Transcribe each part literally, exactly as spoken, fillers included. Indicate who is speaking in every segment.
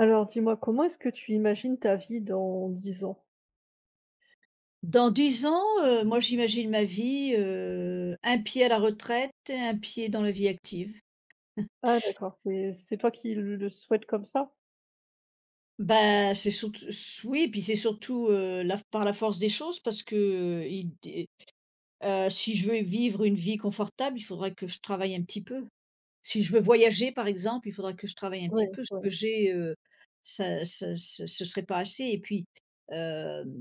Speaker 1: Alors dis-moi, comment est-ce que tu imagines ta vie dans dix ans?
Speaker 2: Dans dix ans, heu, moi j'imagine ma vie, heu, un pied à la retraite et un pied dans la vie active.
Speaker 1: Ah d'accord, c'est c'est toi qui le le souhaites comme ça?
Speaker 2: Bah, c'est surtout s oui, puis c'est surtout, heu, la par la force des choses parce que, heu, il dé heu, si je veux vivre une vie confortable, il faudra que je travaille un petit peu. Si je veux voyager par exemple, il faudra que je travaille un
Speaker 1: Oui.
Speaker 2: petit peu. Ce
Speaker 1: Ouais, ouais.
Speaker 2: que j'ai, heu, ça ce ce ce serait pas assez. Et puis, hem,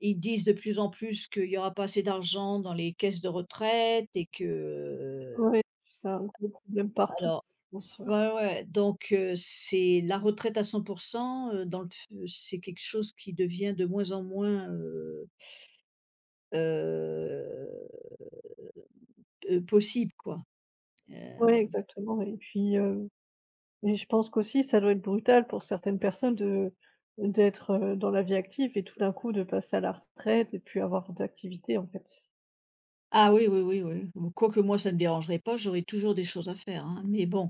Speaker 2: ils disent de plus en plus qu'il y aura pas assez d'argent dans les caisses de retraite et que.
Speaker 1: Ouais, c'est un gros problème partout,
Speaker 2: Alors,
Speaker 1: je pense, ouais.
Speaker 2: ouais, ouais, donc, heu, c'est la retraite à cent. heu, dans le f C'est quelque chose qui devient de moins en moins, heu heu heu, possible quoi.
Speaker 1: Ouais,
Speaker 2: heu.
Speaker 1: exactement et puis, heu et je pense qu'aussi ça doit être brutal pour certaines personnes de d'être, heu, dans la vie active et tout d'un coup de passer à la retraite et puis avoir d'activité en fait.
Speaker 2: Ah oui, oui, oui, oui, quoique moi ça ne me dérangerait pas, j'aurais toujours des choses à faire, hein, mais bon.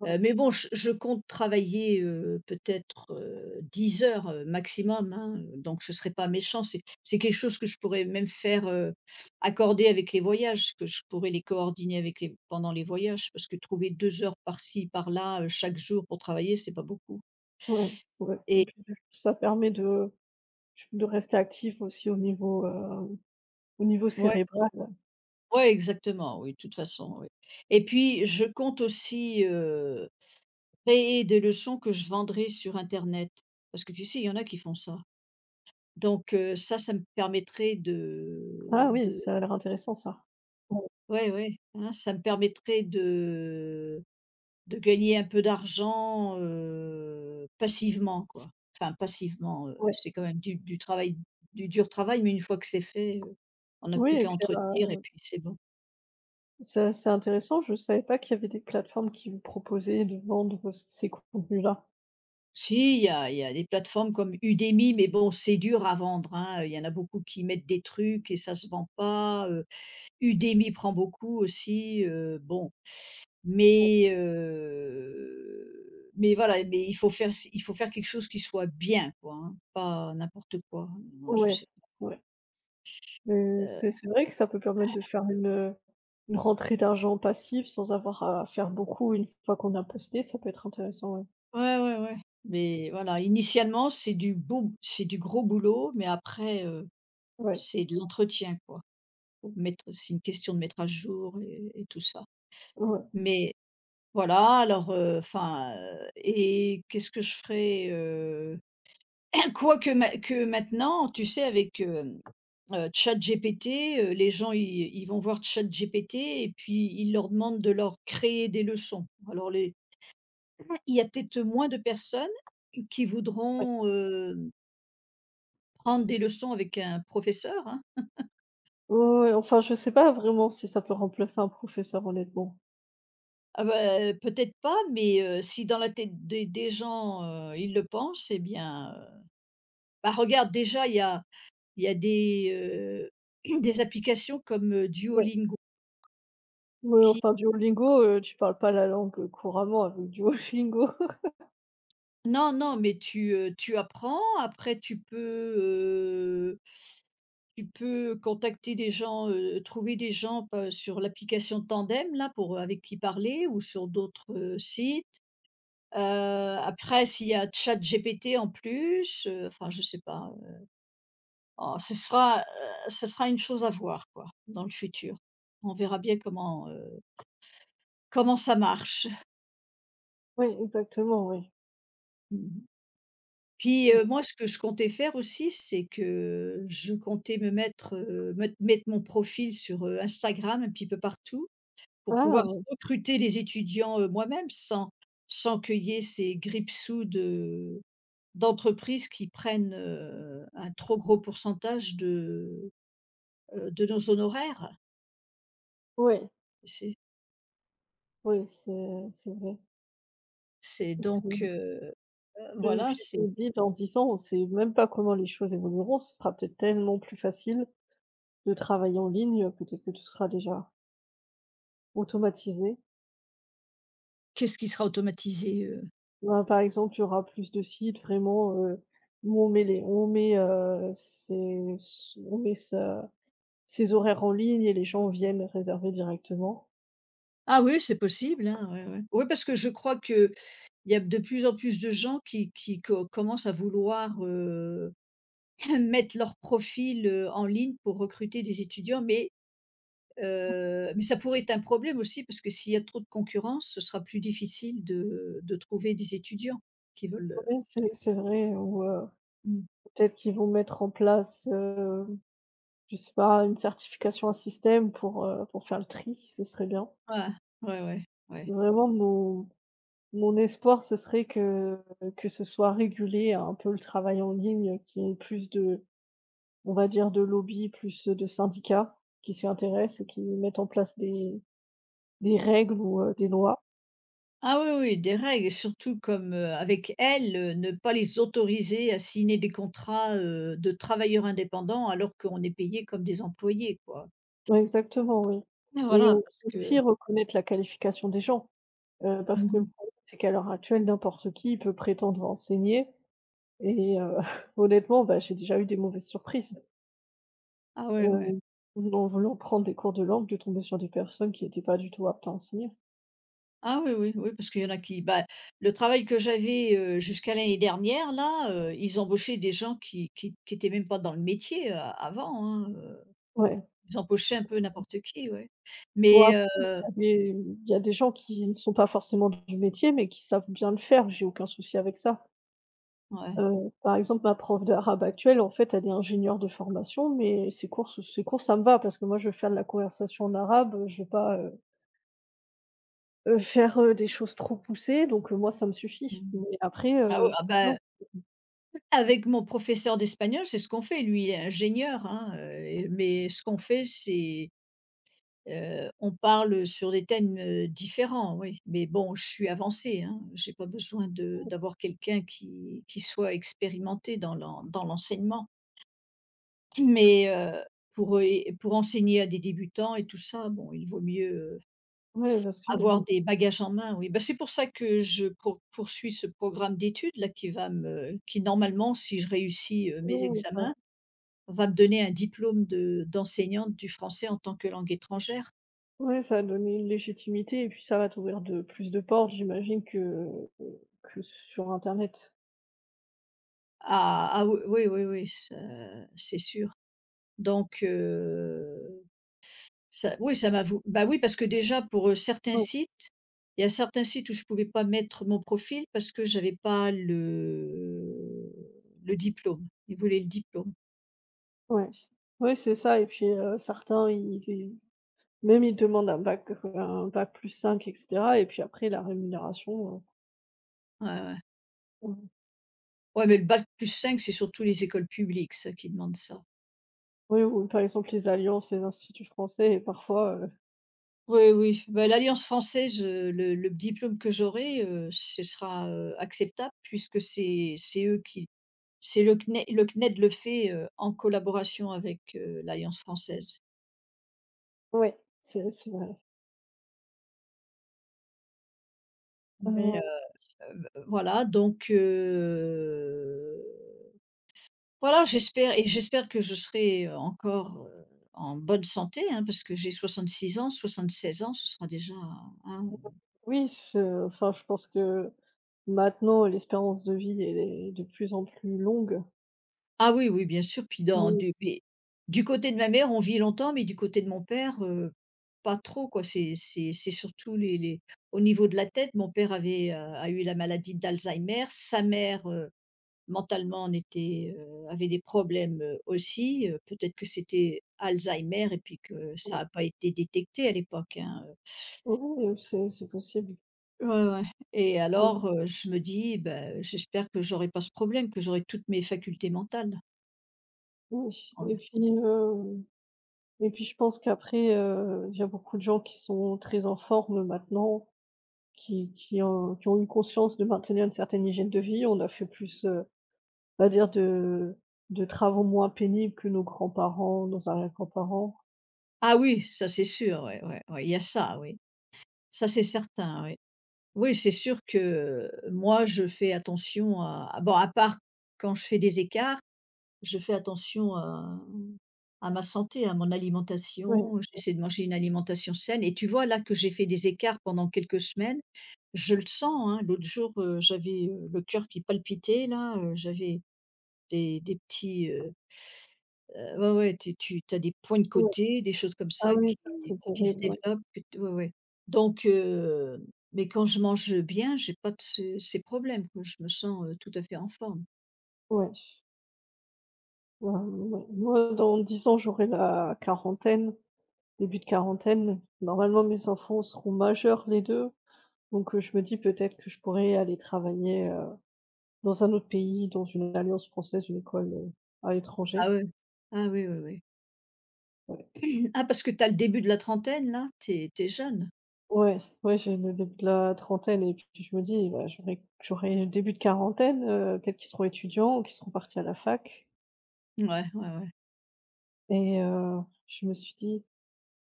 Speaker 1: Ouais.
Speaker 2: Heu, mais bon, je je compte travailler, heu, peut-être, heu, dix heures, heu, maximum, hein, donc ce serait pas méchant. C'est c'est quelque chose que je pourrais même faire, heu, accorder avec les voyages, que je pourrais les coordonner avec les pendant les voyages, parce que trouver deux heures par-ci, par-là, heu, chaque jour pour travailler, c'est pas beaucoup.
Speaker 1: Ouais, ouais et
Speaker 2: Et,
Speaker 1: puis, ça permet de de rester actif aussi au niveau, heu au niveau
Speaker 2: ouais,
Speaker 1: cérébral.
Speaker 2: ouais, exactement, oui, de toute façon, oui. Et puis je compte aussi, heu, créer des leçons que je vendrai sur internet, parce que tu sais, il y en a qui font ça. Donc, heu, ça, ça me permettrait
Speaker 1: Ah
Speaker 2: de
Speaker 1: oui,
Speaker 2: de
Speaker 1: ça a l'air intéressant ça. Ouais,
Speaker 2: Ouais, ouais, hein, ça me permettrait de de gagner un peu d'argent, heu, passivement, quoi. Enfin passivement, heu,
Speaker 1: ouais.
Speaker 2: c'est quand même du du travail du dur travail, mais une fois que c'est fait, heu, on n'a
Speaker 1: Oui
Speaker 2: plus
Speaker 1: et
Speaker 2: qu'à
Speaker 1: puis, heu,
Speaker 2: entretenir et puis c'est bon.
Speaker 1: ça c'est intéressant, je savais pas qu'il y avait des plateformes qui vous proposaient de vendre ces contenus-là.
Speaker 2: Si, il y a il y a des plateformes comme Udemy, mais bon, c'est dur à vendre, hein. Il y en a beaucoup qui mettent des trucs et ça se vend pas. heu, Udemy prend beaucoup aussi, heu, bon. Mais, heu, mais voilà, mais il faut faire il faut faire quelque chose qui soit bien quoi, hein, pas n'importe quoi. Non, je
Speaker 1: Ouais,
Speaker 2: sais
Speaker 1: ouais.
Speaker 2: pas.
Speaker 1: Heu,
Speaker 2: Heu
Speaker 1: c'est c'est vrai que ça peut permettre de faire une, heu, une rentrée d'argent passive sans avoir à faire beaucoup une fois qu'on a posté, ça peut être intéressant, ouais.
Speaker 2: ouais, ouais, ouais, mais voilà, initialement, c'est du beau c'est du gros boulot, mais après, heu,
Speaker 1: Ouais,
Speaker 2: c'est de l'entretien quoi. Pour mettre C'est une question de mettre à jour et et tout ça.
Speaker 1: ouais, ouais.
Speaker 2: Mais voilà, alors, euh, enfin, et qu'est-ce que je ferais? heu Quoique ma que maintenant, tu sais, avec, hem, heu, ChatGPT, heu, les gens, ils ils vont voir ChatGPT et puis ils leur demandent de leur créer des leçons. Alors les Il y a peut-être moins de personnes qui voudront, heu, prendre des leçons avec un professeur, hein.
Speaker 1: Ouais, ouais, enfin, je sais pas vraiment si ça peut remplacer un professeur, honnêtement.
Speaker 2: Ah bah, peut-être pas, mais, heu, si dans la tête des des gens, heu, ils le pensent, eh bien, heu, bah, regarde déjà, il y a il y a des, heu, des applications comme, heu,
Speaker 1: Ouais,
Speaker 2: Duolingo
Speaker 1: ouais,
Speaker 2: qui
Speaker 1: enfin Duolingo, heu, tu parles pas la langue, heu, couramment avec Duolingo.
Speaker 2: Non, non, mais tu, heu, tu apprends. Après, tu peux, heu, tu peux contacter des gens, heu, trouver des gens pe sur l'application Tandem là pour, avec qui parler ou sur d'autres, heu, sites. Heu, après s'il y a ChatGPT en plus, heu, enfin je sais pas, heu, en ce sera, heu, ce sera une chose à voir quoi, dans le futur. On verra bien comment, heu, comment ça marche.
Speaker 1: Oui, exactement, oui.
Speaker 2: Puis, heu,
Speaker 1: Mmh.
Speaker 2: moi, ce que je comptais faire aussi, c'est que je comptais me mettre, heu, me mettre mon profil sur, heu, Instagram un petit peu partout pour
Speaker 1: Ah
Speaker 2: pouvoir
Speaker 1: oui.
Speaker 2: recruter les étudiants, heu, moi-même sans sans qu'il y ait ces grippe-sous de d'entreprises qui prennent, heu, un trop gros pourcentage de, heu, de nos honoraires.
Speaker 1: Ouais,
Speaker 2: C'est
Speaker 1: oui, c'est c'est vrai.
Speaker 2: c'est
Speaker 1: Et
Speaker 2: donc,
Speaker 1: puis
Speaker 2: heu,
Speaker 1: et
Speaker 2: voilà,
Speaker 1: puis
Speaker 2: c'est
Speaker 1: je me dis dans dix ans, on sait même pas comment les choses évolueront, ce sera peut-être tellement plus facile. De travailler en ligne, peut-être que tout sera déjà automatisé.
Speaker 2: qu'est-ce qui sera automatisé, heu?
Speaker 1: Ben, par exemple, il y aura plus de sites vraiment, heu, où on met les on met, heu, ses on met sa ses horaires en ligne et les gens viennent réserver directement.
Speaker 2: Ah oui, c'est possible, hein, ouais, ouais. Oui, parce que je crois que il y a de plus en plus de gens qui qui co commencent à vouloir, heu, mettre leur profil, heu, en ligne pour recruter des étudiants, mais heu, mais ça pourrait être un problème aussi parce que s'il y a trop de concurrence, ce sera plus difficile de de trouver des étudiants qui veulent,
Speaker 1: Ouais,
Speaker 2: heu
Speaker 1: c'est c'est vrai ou, heu,
Speaker 2: mmh.
Speaker 1: peut-être qu'ils vont mettre en place, heu, je sais pas, une certification, un système pour, heu, pour faire le tri, ce serait bien.
Speaker 2: Voilà. Ouais, ouais, ouais.
Speaker 1: Vraiment mon mon espoir, ce serait que que ce soit régulé un peu le travail en ligne, qu'il y ait plus de, on va dire, de lobbies plus, euh, de syndicats qui s'y intéressent et qui mettent en place des des règles ou, heu, des lois.
Speaker 2: Ah oui, oui, des règles et surtout comme, heu, avec elles, heu, ne pas les autoriser à signer des contrats, heu, de travailleurs indépendants alors qu'on est payé comme des employés, quoi.
Speaker 1: Ouais, exactement, oui
Speaker 2: Et
Speaker 1: et
Speaker 2: voilà,
Speaker 1: au
Speaker 2: parce que.
Speaker 1: aussi reconnaître la qualification des gens, heu, parce que le
Speaker 2: Mmh.
Speaker 1: problème, c'est qu'à l'heure actuelle, n'importe qui peut prétendre enseigner et heu, honnêtement, bah, j'ai déjà eu des mauvaises surprises,
Speaker 2: Ah ouais, ouais.
Speaker 1: heu, en voulant prendre des cours de langue, de tomber sur des personnes qui n'étaient pas du tout aptes à enseigner.
Speaker 2: Ah oui, oui, oui, parce qu'il y en a qui bah, le travail que j'avais, heu, jusqu'à l'année dernière là, heu, ils embauchaient des gens qui qui qui étaient même pas dans le métier, heu, avant, hein, heu,
Speaker 1: Ouais.
Speaker 2: ils embauchaient un peu n'importe qui, ouais.
Speaker 1: Bon
Speaker 2: Mais,
Speaker 1: après
Speaker 2: heu
Speaker 1: il y a des il y a des gens qui ne sont pas forcément du métier, mais qui savent bien le faire, j'ai aucun souci avec ça.
Speaker 2: ouais,
Speaker 1: Heu, par exemple, ma prof d'arabe actuelle, en fait, elle est ingénieure de formation, mais ses cours ce ses cours, ça me va parce que moi, je veux faire de la conversation en arabe, heu, je veux pas, heu heu, faire, heu, des choses trop poussées donc heu, moi, ça me suffit.
Speaker 2: mmh.
Speaker 1: Mais après,
Speaker 2: Ah
Speaker 1: heu,
Speaker 2: ouais, ah bah,
Speaker 1: non.
Speaker 2: avec mon professeur d'espagnol, c'est ce qu'on fait, lui il est ingénieur, hein, heu et mais ce qu'on fait, c'est Heu, on parle sur des thèmes, heu, différents, oui, mais bon, je suis avancée, hein. J'ai pas besoin de d'avoir quelqu'un qui qui soit expérimenté dans l'en dans l'enseignement. Mais, heu, pour, heu, pour enseigner à des débutants et tout ça, bon, il vaut mieux, heu,
Speaker 1: Ouais, parce que
Speaker 2: avoir
Speaker 1: euh,
Speaker 2: des bagages en main, oui. Bah, c'est pour ça que je pour poursuis ce programme d'études là qui va me qui normalement, si je réussis, heu, mes
Speaker 1: ouais. Ça
Speaker 2: examens, va me donner un diplôme de d'enseignante du français en tant que langue étrangère.
Speaker 1: ouais, ça a donné une légitimité et puis ça va t'ouvrir de plus de portes, j'imagine, que, que sur internet.
Speaker 2: Ah, ah oui, oui, oui, oui, ça c'est sûr. Donc, heu, ça oui, ça m'a vou bah, oui, parce que déjà pour, heu, certains
Speaker 1: Ouais,
Speaker 2: sites, il y a certains sites où je ne pouvais pas mettre mon profil parce que j'avais pas le le diplôme. Ils voulaient le diplôme.
Speaker 1: ouais. Ouais, c'est ça et puis, heu, certains, ils. Même il demande un bac, heu, un bac plus cinq, et cetera et puis après la rémunération, heu,
Speaker 2: Ouais, ouais.
Speaker 1: mmh.
Speaker 2: Ouais, mais le bac plus cinq c'est surtout les écoles publiques, ça, qui demandent ça.
Speaker 1: Oui ou par exemple les alliances, les instituts français et parfois, heu,
Speaker 2: Oui, oui, bah, l'Alliance française, heu, le le diplôme que j'aurai, heu, ce sera, heu, acceptable puisque c'est c'est eux qui c'est le C N E le C N E D le fait, heu, en collaboration avec, heu, l'Alliance française.
Speaker 1: ouais, c'est c'est vrai.
Speaker 2: Mais,
Speaker 1: Heu,
Speaker 2: heu, voilà donc, heu, voilà, j'espère et j'espère que je serai, heu, encore, heu, en bonne santé, hein, parce que j'ai soixante-six ans. soixante-seize ans, ce sera déjà un
Speaker 1: oui, je, enfin je pense que maintenant l'espérance de vie, elle est de plus en plus longue.
Speaker 2: Ah oui, oui, bien sûr, puis dans
Speaker 1: Mmh,
Speaker 2: du mais du côté de ma mère, on vit longtemps, mais du côté de mon père, heu, pas trop quoi. C'est c'est c'est surtout les les au niveau de la tête, mon père avait, heu, a eu la maladie d'Alzheimer, sa mère, heu, mentalement en était, heu, avait des problèmes, heu, aussi, heu, peut-être que c'était Alzheimer et puis que ça
Speaker 1: mmh.
Speaker 2: a pas été détecté à l'époque, hein.
Speaker 1: Oui, c'est c'est possible.
Speaker 2: Ouais, ouais. Et
Speaker 1: Oui,
Speaker 2: alors, heu, je me dis: ben j'espère que j'aurai pas ce problème, que j'aurai toutes mes facultés mentales.
Speaker 1: oui et puis, heu et puis je pense qu'après, heu, il y a beaucoup de gens qui sont très en forme maintenant. Qui qui ont qui ont eu conscience de maintenir une certaine hygiène de vie. On a fait plus, heu, on va dire, de de travaux moins pénibles que nos grands-parents, nos arrière-grands-parents.
Speaker 2: Ah oui, ça c'est sûr, ouais, ouais, ouais, il y a ça, oui. Ça c'est certain, oui. Oui, c'est sûr que euh, moi je fais attention à à- bon, à part quand je fais des écarts, je fais attention à à ma santé, à mon
Speaker 1: Ouais,
Speaker 2: alimentation, j'essaie de manger une alimentation saine et tu vois là que j'ai fait des écarts pendant quelques semaines, je le sens, hein. L'autre jour, heu, j'avais, heu, le cœur qui palpitait là, heu, j'avais des des petits, heu heu, ouais, ouais, tu tu as des points de
Speaker 1: ouais.
Speaker 2: côté, des choses comme
Speaker 1: Ah
Speaker 2: ça
Speaker 1: oui, ça
Speaker 2: qui
Speaker 1: c'est
Speaker 2: qui se
Speaker 1: terrible, ouais.
Speaker 2: développent que t ouais, ouais. Donc, heu, mais quand je mange bien, j'ai pas de ces ces problèmes, quoi. Je me sens, heu, tout à fait en forme.
Speaker 1: Ouais. Ouais, ouais. Moi, dans dix ans, j'aurai la quarantaine, début de quarantaine. Normalement, mes enfants seront majeurs les deux, donc heu, je me dis peut-être que je pourrais aller travailler, heu, dans un autre pays, dans une alliance française, une école, heu, à
Speaker 2: Ah
Speaker 1: l'étranger.
Speaker 2: ouais. Ah oui, oui, oui.
Speaker 1: Ouais.
Speaker 2: Mmh. Ah, parce que tu as le début de la trentaine là? T'es es jeune?
Speaker 1: Ouais, ouais, j'ai le début de la trentaine et puis je me dis: «Bah, j'aurai j'aurai le début de quarantaine, heu, peut-être qu'ils seront étudiants ou qu'ils seront partis à la fac»
Speaker 2: Ouais, ouais, ouais.
Speaker 1: et heu, je me suis dit: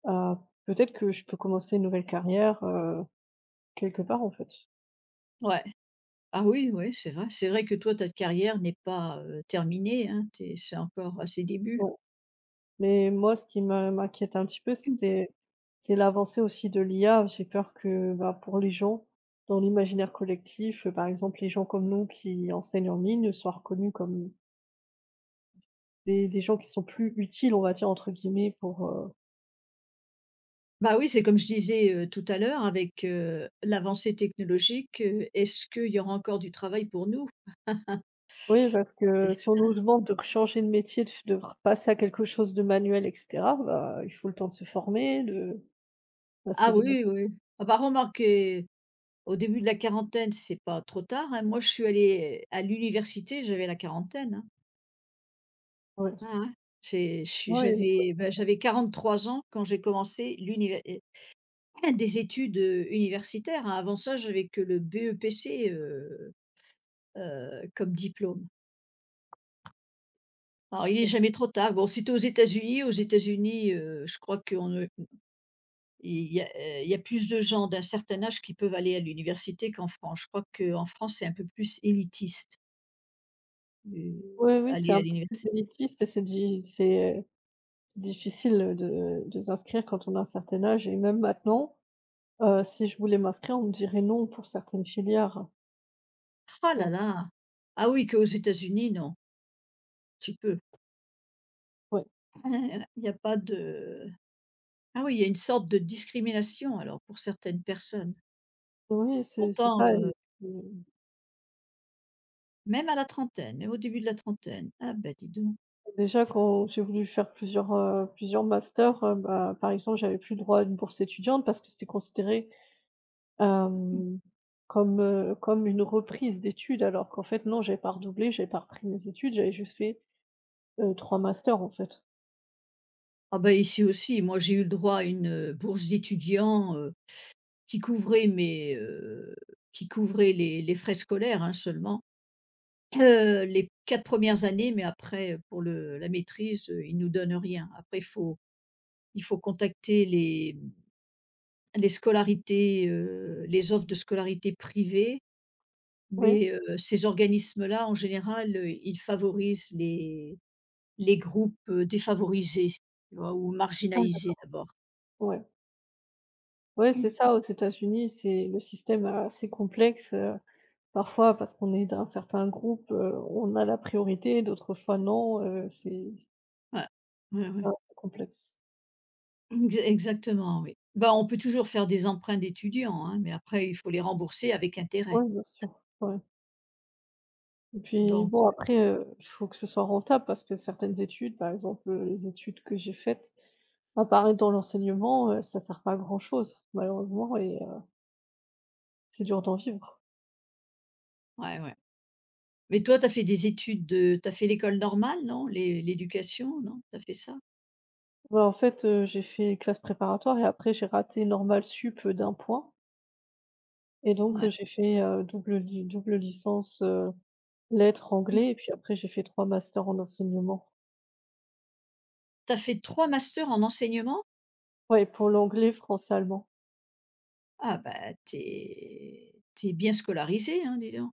Speaker 1: «Ah, peut-être que je peux commencer une nouvelle carrière, heu, quelque part, en fait».
Speaker 2: Ouais. Ah oui, oui, c'est vrai. C'est vrai que toi, ta carrière n'est pas, heu, terminée, hein? t'es C'est encore à ses débuts.
Speaker 1: Ouais, mais moi, ce qui me m'inquiète un petit peu, c'est c'est l'avancée aussi de l'I A. J'ai peur que, bah, pour les gens, dans l'imaginaire collectif, euh, par exemple, les gens comme nous qui enseignent en ligne soient reconnus comme des des gens qui sont «plus utiles», on va dire, entre guillemets, pour, heu
Speaker 2: Bah, oui, c'est comme je disais, heu, tout à l'heure avec, heu, l'avancée technologique, heu, est-ce qu'il y aura encore du travail pour nous?
Speaker 1: oui, parce que si on nous demande de changer de métier, de f de repasser à quelque chose de manuel et cetera, bah, il faut le temps de se former, de, bah, c'est
Speaker 2: Ah
Speaker 1: évident.
Speaker 2: oui, oui. Ah bah, remarque, heu, au début de la quarantaine, c'est pas trop tard, hein. Moi, je suis allée à l'université, j'avais la quarantaine, hein.
Speaker 1: Ouais.
Speaker 2: Ah ouais. J'ai je suis
Speaker 1: Oui,
Speaker 2: J'avais, bah, j'avais quarante-trois ans quand j'ai commencé l'univer et enfin, des études, heu, universitaires, hein. Avant ça, j'avais que le B E P C, heu heu, euh, comme diplôme. Alors, il est jamais trop tard. Bon, si tu aux États-Unis, aux États-Unis, heu, je crois qu'il y a, heu, il y a plus de gens d'un certain âge qui peuvent aller à l'université qu'en France. Je crois qu'en France, c'est un peu plus élitiste, heu,
Speaker 1: oui, oui, c'est
Speaker 2: aller
Speaker 1: un
Speaker 2: à
Speaker 1: peu plus
Speaker 2: l'université.
Speaker 1: élitiste et c'est di c'est c'est difficile, de de s'inscrire quand on a un certain âge et même maintenant, heu, si je voulais m'inscrire, on me dirait non pour certaines filières, je
Speaker 2: Ah là
Speaker 1: pense.
Speaker 2: là! Ah oui, qu'aux États-Unis, non, tu peux.
Speaker 1: Ouais.
Speaker 2: Il n'y a pas de. Ah oui, il y a une sorte de discrimination alors pour certaines personnes.
Speaker 1: Oui, c'est c'est
Speaker 2: Pourtant,
Speaker 1: ça
Speaker 2: heu,
Speaker 1: et heu,
Speaker 2: même à la trentaine, même au début de la trentaine. Ah ben, dis donc.
Speaker 1: déjà quand j'ai voulu faire plusieurs, heu, plusieurs masters, heu, bah, par exemple, j'avais plus le droit à une bourse étudiante parce que c'était considéré, Hem, comme, heu, comme une reprise d'études alors qu'en fait non, j'ai pas redoublé, j'ai pas repris mes études, j'avais juste fait, heu, trois masters en fait.
Speaker 2: Ah ben ici aussi, moi j'ai eu le droit à une, heu, bourse d'étudiant, heu, qui couvrait mes, heu, qui couvrait les les frais scolaires, hein, seulement, heu, les quatre premières années, mais après, pour le la maîtrise, heu, ils nous donnent rien. Après il faut il faut contacter les, mmh, les scolarités, heu, les offres de scolarité privées,
Speaker 1: Oui.
Speaker 2: mais, heu, ces organismes-là, en général, heu, ils favorisent les les groupes, heu, défavorisés, tu vois? Ou
Speaker 1: Ah
Speaker 2: marginalisés
Speaker 1: d'accord,
Speaker 2: d'abord.
Speaker 1: ouais. Ouais, c'est ça, aux États-Unis, c'est le système est assez complexe, heu parfois, parce qu'on est d'un certain groupe, heu, on a la priorité, d'autres fois non, heu, c'est
Speaker 2: Ouais. Ouais, ouais.
Speaker 1: un peu complexe.
Speaker 2: Ex Exactement, oui. Bah, on peut toujours faire des emprunts d'étudiants, hein, mais après il faut les rembourser avec intérêt.
Speaker 1: Ouais, bien sûr, ouais. Et puis
Speaker 2: Donc,
Speaker 1: bon après, heu, faut que ce soit rentable parce que certaines études, par exemple, heu, les études que j'ai faites, à dans l'enseignement, heu, ça sert pas à grand chose malheureusement et heu, c'est dur d'en vivre.
Speaker 2: ouais, ouais. Mais toi, tu as fait des études de tu as fait l'école normale, non? L'é l'éducation, non? Tu as fait ça?
Speaker 1: Bah, en fait, heu, j'ai fait classe préparatoire et après j'ai raté normales sup, heu, d'un point et donc
Speaker 2: Ouais.
Speaker 1: heu, j'ai fait, heu, double li double licence, heu lettres,
Speaker 2: Mmh.
Speaker 1: anglais et puis après j'ai fait trois masters en enseignement.
Speaker 2: Tu as fait trois masters en enseignement?
Speaker 1: Ouais, pour l'anglais, français, allemand.
Speaker 2: Ah bah, t'es t'es bien scolarisé, hein, dis donc.